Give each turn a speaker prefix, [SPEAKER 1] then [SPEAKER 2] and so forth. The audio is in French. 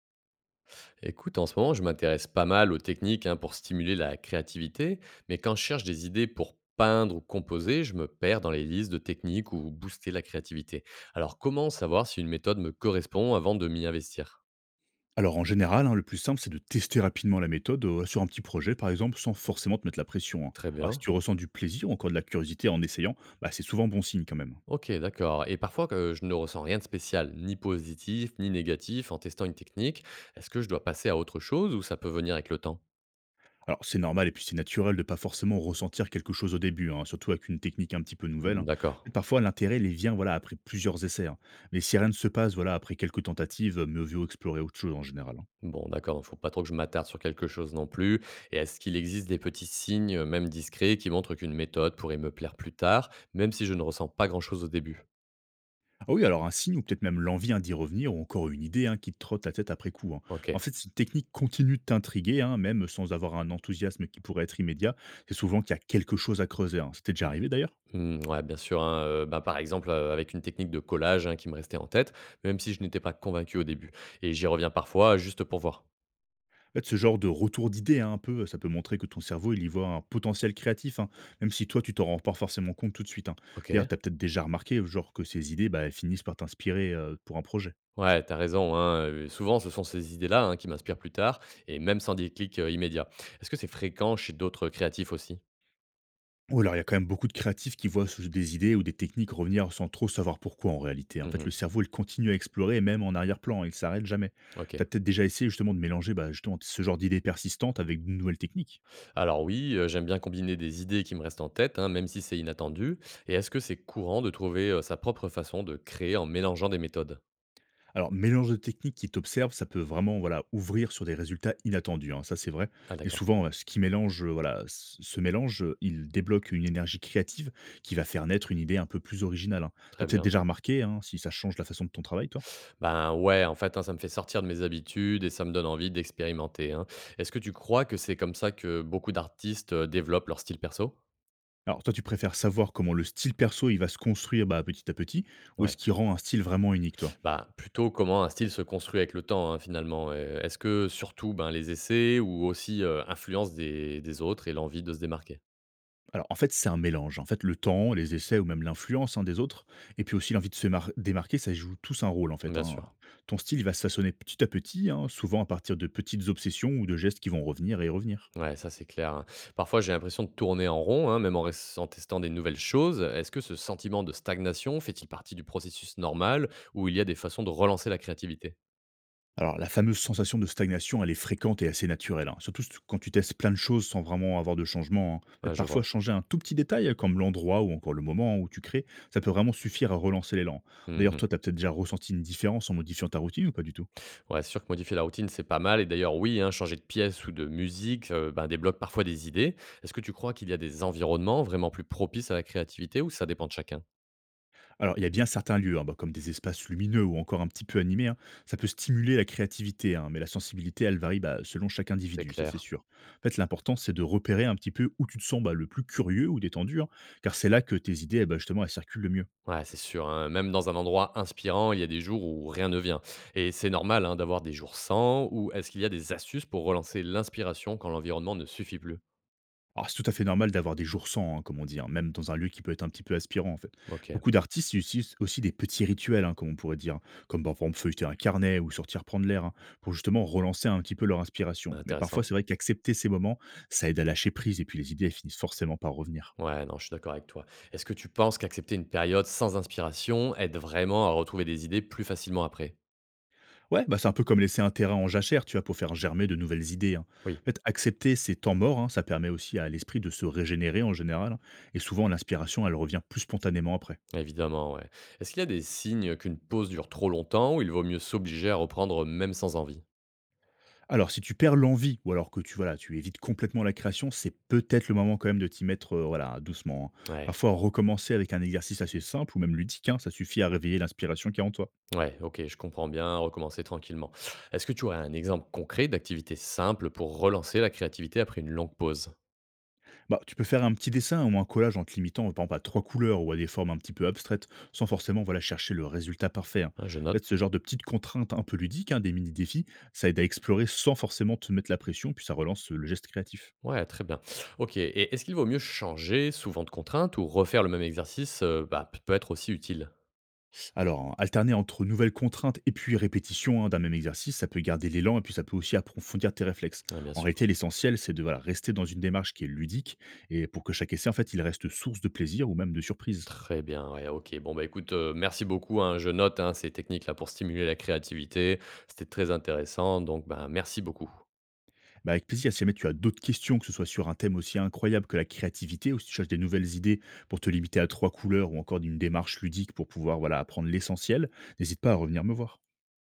[SPEAKER 1] Écoute, en ce moment, je m'intéresse pas mal aux techniques hein, pour stimuler la créativité, mais quand je cherche des idées pour peindre ou composer, je me perds dans les listes de techniques ou booster la créativité. Alors, comment savoir si une méthode me correspond avant de m'y investir.
[SPEAKER 2] Alors en général, hein, le plus simple, c'est de tester rapidement la méthode sur un petit projet, par exemple, sans forcément te mettre la pression, hein.
[SPEAKER 1] Très
[SPEAKER 2] Alors si
[SPEAKER 1] bien.
[SPEAKER 2] tu ressens du plaisir ou encore de la curiosité en essayant, bah, c'est souvent bon signe quand même.
[SPEAKER 1] Ok, d'accord. Et parfois, je ne ressens rien de spécial, ni positif, ni négatif, en testant une technique. Est-ce que je dois passer à autre chose ou ça peut venir avec le temps?
[SPEAKER 2] Alors c'est normal et puis c'est naturel de pas forcément ressentir quelque chose au début, hein, surtout avec une technique un petit peu nouvelle, hein. Mais
[SPEAKER 1] D'accord.
[SPEAKER 2] parfois l'intérêt les vient voilà après plusieurs essais, hein. Mais si rien ne se passe voilà après quelques tentatives, mieux vaut explorer autre chose en général, hein.
[SPEAKER 1] Bon, d'accord, donc faut pas trop que je m'attarde sur quelque chose non plus. Et est-ce qu'il existe des petits signes, même discrets, qui montrent qu'une méthode pourrait me plaire plus tard, même si je ne ressens pas grand-chose au début?
[SPEAKER 2] Ah oui, alors un signe ou peut-être même l'envie hein, d'y revenir ou encore une idée hein, qui te trotte la tête après coup, hein.
[SPEAKER 1] Ok.
[SPEAKER 2] En fait, si une technique continue de t'intriguer, hein, même sans avoir un enthousiasme qui pourrait être immédiat, c'est souvent qu'il y a quelque chose à creuser, hein. C'était déjà arrivé d'ailleurs.
[SPEAKER 1] Hmm, ouais, bien sûr. Hein, bah, par exemple, avec une technique de collage hein, qui me restait en tête, même si je n'étais pas convaincu au début. Et j'y reviens parfois juste pour voir.
[SPEAKER 2] En fait, ce genre de retour d'idée, hein, un peu, ça peut montrer que ton cerveau, il y voit un potentiel créatif, hein, même si toi, tu t'en rends pas forcément compte tout de suite, hein.
[SPEAKER 1] Ok.
[SPEAKER 2] D'ailleurs, tu as peut-être déjà remarqué genre, que ces idées bah, elles finissent par t'inspirer pour un projet.
[SPEAKER 1] Ouais, t'as raison. Hein, souvent, ce sont ces idées-là hein, qui m'inspirent plus tard, et même sans déclic immédiat. Est-ce que c'est fréquent chez d'autres créatifs aussi?
[SPEAKER 2] Oui, alors il y a quand même beaucoup de créatifs qui voient des idées ou des techniques revenir sans trop savoir pourquoi en réalité. En fait, le
[SPEAKER 1] Mhm.
[SPEAKER 2] cerveau, il continue à explorer, même en arrière-plan, il s'arrête jamais.
[SPEAKER 1] Ok.
[SPEAKER 2] Tu as peut-être déjà essayé justement de mélanger bah, justement, ce genre d'idées persistantes avec de nouvelles techniques.
[SPEAKER 1] Alors oui, j'aime bien combiner des idées qui me restent en tête, hein, même si c'est inattendu. Et est-ce que c'est courant de trouver, sa propre façon de créer en mélangeant des méthodes?
[SPEAKER 2] Alors, mélange de techniques qui t'observent, ça peut vraiment voilà, ouvrir sur des résultats inattendus, hein, ça c'est vrai.
[SPEAKER 1] Ah
[SPEAKER 2] Mais
[SPEAKER 1] d'accord,
[SPEAKER 2] souvent, ce qui mélange, voilà, ce mélange, il débloque une énergie créative qui va faire naître une idée un peu plus originale, hein. Tu as
[SPEAKER 1] très
[SPEAKER 2] peut-être
[SPEAKER 1] bien.
[SPEAKER 2] déjà remarqué hein, si ça change la façon de ton travail, toi?
[SPEAKER 1] Ben ouais, en fait, hein, ça me fait sortir de mes habitudes et ça me donne envie d'expérimenter, hein. Est-ce que tu crois que c'est comme ça que beaucoup d'artistes, développent leur style perso?
[SPEAKER 2] Alors toi, tu préfères savoir comment le style perso, il va se construire, bah, petit à petit, ou est-ce
[SPEAKER 1] Ouais.
[SPEAKER 2] qu'il rend un style vraiment unique, toi?
[SPEAKER 1] Bah, plutôt comment un style se construit avec le temps, hein, finalement, est-ce que surtout, ben, les essais ou aussi, influence des autres et l'envie de se démarquer?
[SPEAKER 2] Alors en fait, c'est un mélange. En fait, le temps, les essais ou même l'influence, hein, des autres, et puis aussi l'envie de se démarquer, ça joue tous un rôle en fait,
[SPEAKER 1] Bien
[SPEAKER 2] hein.
[SPEAKER 1] sûr.
[SPEAKER 2] Ton style, il va se façonner petit à petit, hein, souvent à partir de petites obsessions ou de gestes qui vont revenir et revenir.
[SPEAKER 1] Ouais, ça c'est clair, hein. Parfois j'ai l'impression de tourner en rond, hein, même en, en testant des nouvelles choses. Est-ce que ce sentiment de stagnation fait-il partie du processus normal ou il y a des façons de relancer la créativité?
[SPEAKER 2] Alors, la fameuse sensation de stagnation, elle est fréquente et assez naturelle, hein. Surtout quand tu testes plein de choses sans vraiment avoir de changement, hein. En fait,
[SPEAKER 1] Ouais, je
[SPEAKER 2] parfois,
[SPEAKER 1] vois.
[SPEAKER 2] changer un tout petit détail, comme l'endroit ou encore le moment où tu crées, ça peut vraiment suffire à relancer l'élan. D'ailleurs,
[SPEAKER 1] Mhm.
[SPEAKER 2] toi, tu as peut-être déjà ressenti une différence en modifiant ta routine ou pas du tout?
[SPEAKER 1] Ouais, c'est sûr que modifier la routine, c'est pas mal. Et d'ailleurs, oui, hein, changer de pièce ou de musique ben, débloque parfois des idées. Est-ce que tu crois qu'il y a des environnements vraiment plus propices à la créativité ou ça dépend de chacun?
[SPEAKER 2] Alors, il y a bien certains lieux, hein, bah, comme des espaces lumineux ou encore un petit peu animés, hein. Ça peut stimuler la créativité, hein, mais la sensibilité, elle varie bah, selon chaque
[SPEAKER 1] C'est
[SPEAKER 2] individu, ça c'est
[SPEAKER 1] clair.
[SPEAKER 2] sûr. En fait, l'important, c'est de repérer un petit peu où tu te sens bah, le plus curieux ou détendu, hein, car c'est là que tes idées, eh ben, justement, elles circulent le mieux.
[SPEAKER 1] Ouais, c'est sûr, hein. Même dans un endroit inspirant, il y a des jours où rien ne vient. Et c'est normal hein, d'avoir des jours sans, ou est-ce qu'il y a des astuces pour relancer l'inspiration quand l'environnement ne suffit plus?
[SPEAKER 2] Alors, c'est tout à fait normal d'avoir des jours sans, hein, comme on dit, hein, même dans un lieu qui peut être un petit peu aspirant, en fait.
[SPEAKER 1] Ok,
[SPEAKER 2] Beaucoup d'artistes utilisent aussi des petits rituels, hein, comme on pourrait dire, comme par exemple feuilleter un carnet ou sortir prendre l'air, hein, pour justement relancer un petit peu leur inspiration. Mais parfois,
[SPEAKER 1] intéressant.
[SPEAKER 2] c'est vrai qu'accepter ces moments, ça aide à lâcher prise, et puis les idées, elles finissent forcément par revenir.
[SPEAKER 1] Ouais, non, je suis d'accord avec toi. Est-ce que tu penses qu'accepter une période sans inspiration aide vraiment à retrouver des idées plus facilement après?
[SPEAKER 2] Ouais, bah c'est un peu comme laisser un terrain en jachère, tu vois, pour faire germer de nouvelles idées, hein. En
[SPEAKER 1] Oui,
[SPEAKER 2] fait, accepter ces temps morts, hein, ça permet aussi à l'esprit de se régénérer en général, hein, et souvent l'inspiration, elle revient plus spontanément après.
[SPEAKER 1] évidemment, ouais. Est-ce qu'il y a des signes qu'une pause dure trop longtemps ou il vaut mieux s'obliger à reprendre même sans envie?
[SPEAKER 2] Alors, si tu perds l'envie ou alors que tu voilà, tu évites complètement la création, c'est peut-être le moment quand même de t'y mettre, voilà, doucement, hein.
[SPEAKER 1] Ouais.
[SPEAKER 2] Parfois, recommencer avec un exercice assez simple ou même ludique, hein, ça suffit à réveiller l'inspiration qui est en toi.
[SPEAKER 1] Ouais, OK, je comprends bien, recommencer tranquillement. Est-ce que tu aurais un exemple concret d'activité simple pour relancer la créativité après une longue pause?
[SPEAKER 2] Bah, tu peux faire un petit dessin ou un collage en te limitant, par exemple, à 3 couleurs ou à des formes un petit peu abstraites, sans forcément, voilà, chercher le résultat parfait, hein.
[SPEAKER 1] Hein, je
[SPEAKER 2] En fait,
[SPEAKER 1] note.
[SPEAKER 2] ce genre de petites contraintes un peu ludiques, hein, des mini défis, ça aide à explorer sans forcément te mettre la pression, puis ça relance, le geste créatif.
[SPEAKER 1] Ouais, très bien. OK, et est-ce qu'il vaut mieux changer souvent de contrainte ou refaire le même exercice, bah, peut être aussi utile?
[SPEAKER 2] Alors, alterner entre nouvelles contraintes et puis répétition hein, d'un même exercice, ça peut garder l'élan et puis ça peut aussi approfondir tes réflexes.
[SPEAKER 1] Ouais, bien
[SPEAKER 2] En
[SPEAKER 1] sûr.
[SPEAKER 2] réalité, l'essentiel, c'est de voilà, rester dans une démarche qui est ludique et pour que chaque essai, en fait, il reste source de plaisir ou même de surprise.
[SPEAKER 1] Très bien, ouais, OK. Bon, bah, écoute, merci beaucoup, hein. Je note, hein, ces techniques-là pour stimuler la créativité. C'était très intéressant donc, bah, merci beaucoup.
[SPEAKER 2] Bah, avec plaisir, si jamais tu as d'autres questions, que ce soit sur un thème aussi incroyable que la créativité ou si tu cherches des nouvelles idées pour te limiter à trois couleurs ou encore d'une démarche ludique pour pouvoir voilà, apprendre l'essentiel, n'hésite pas à revenir me voir.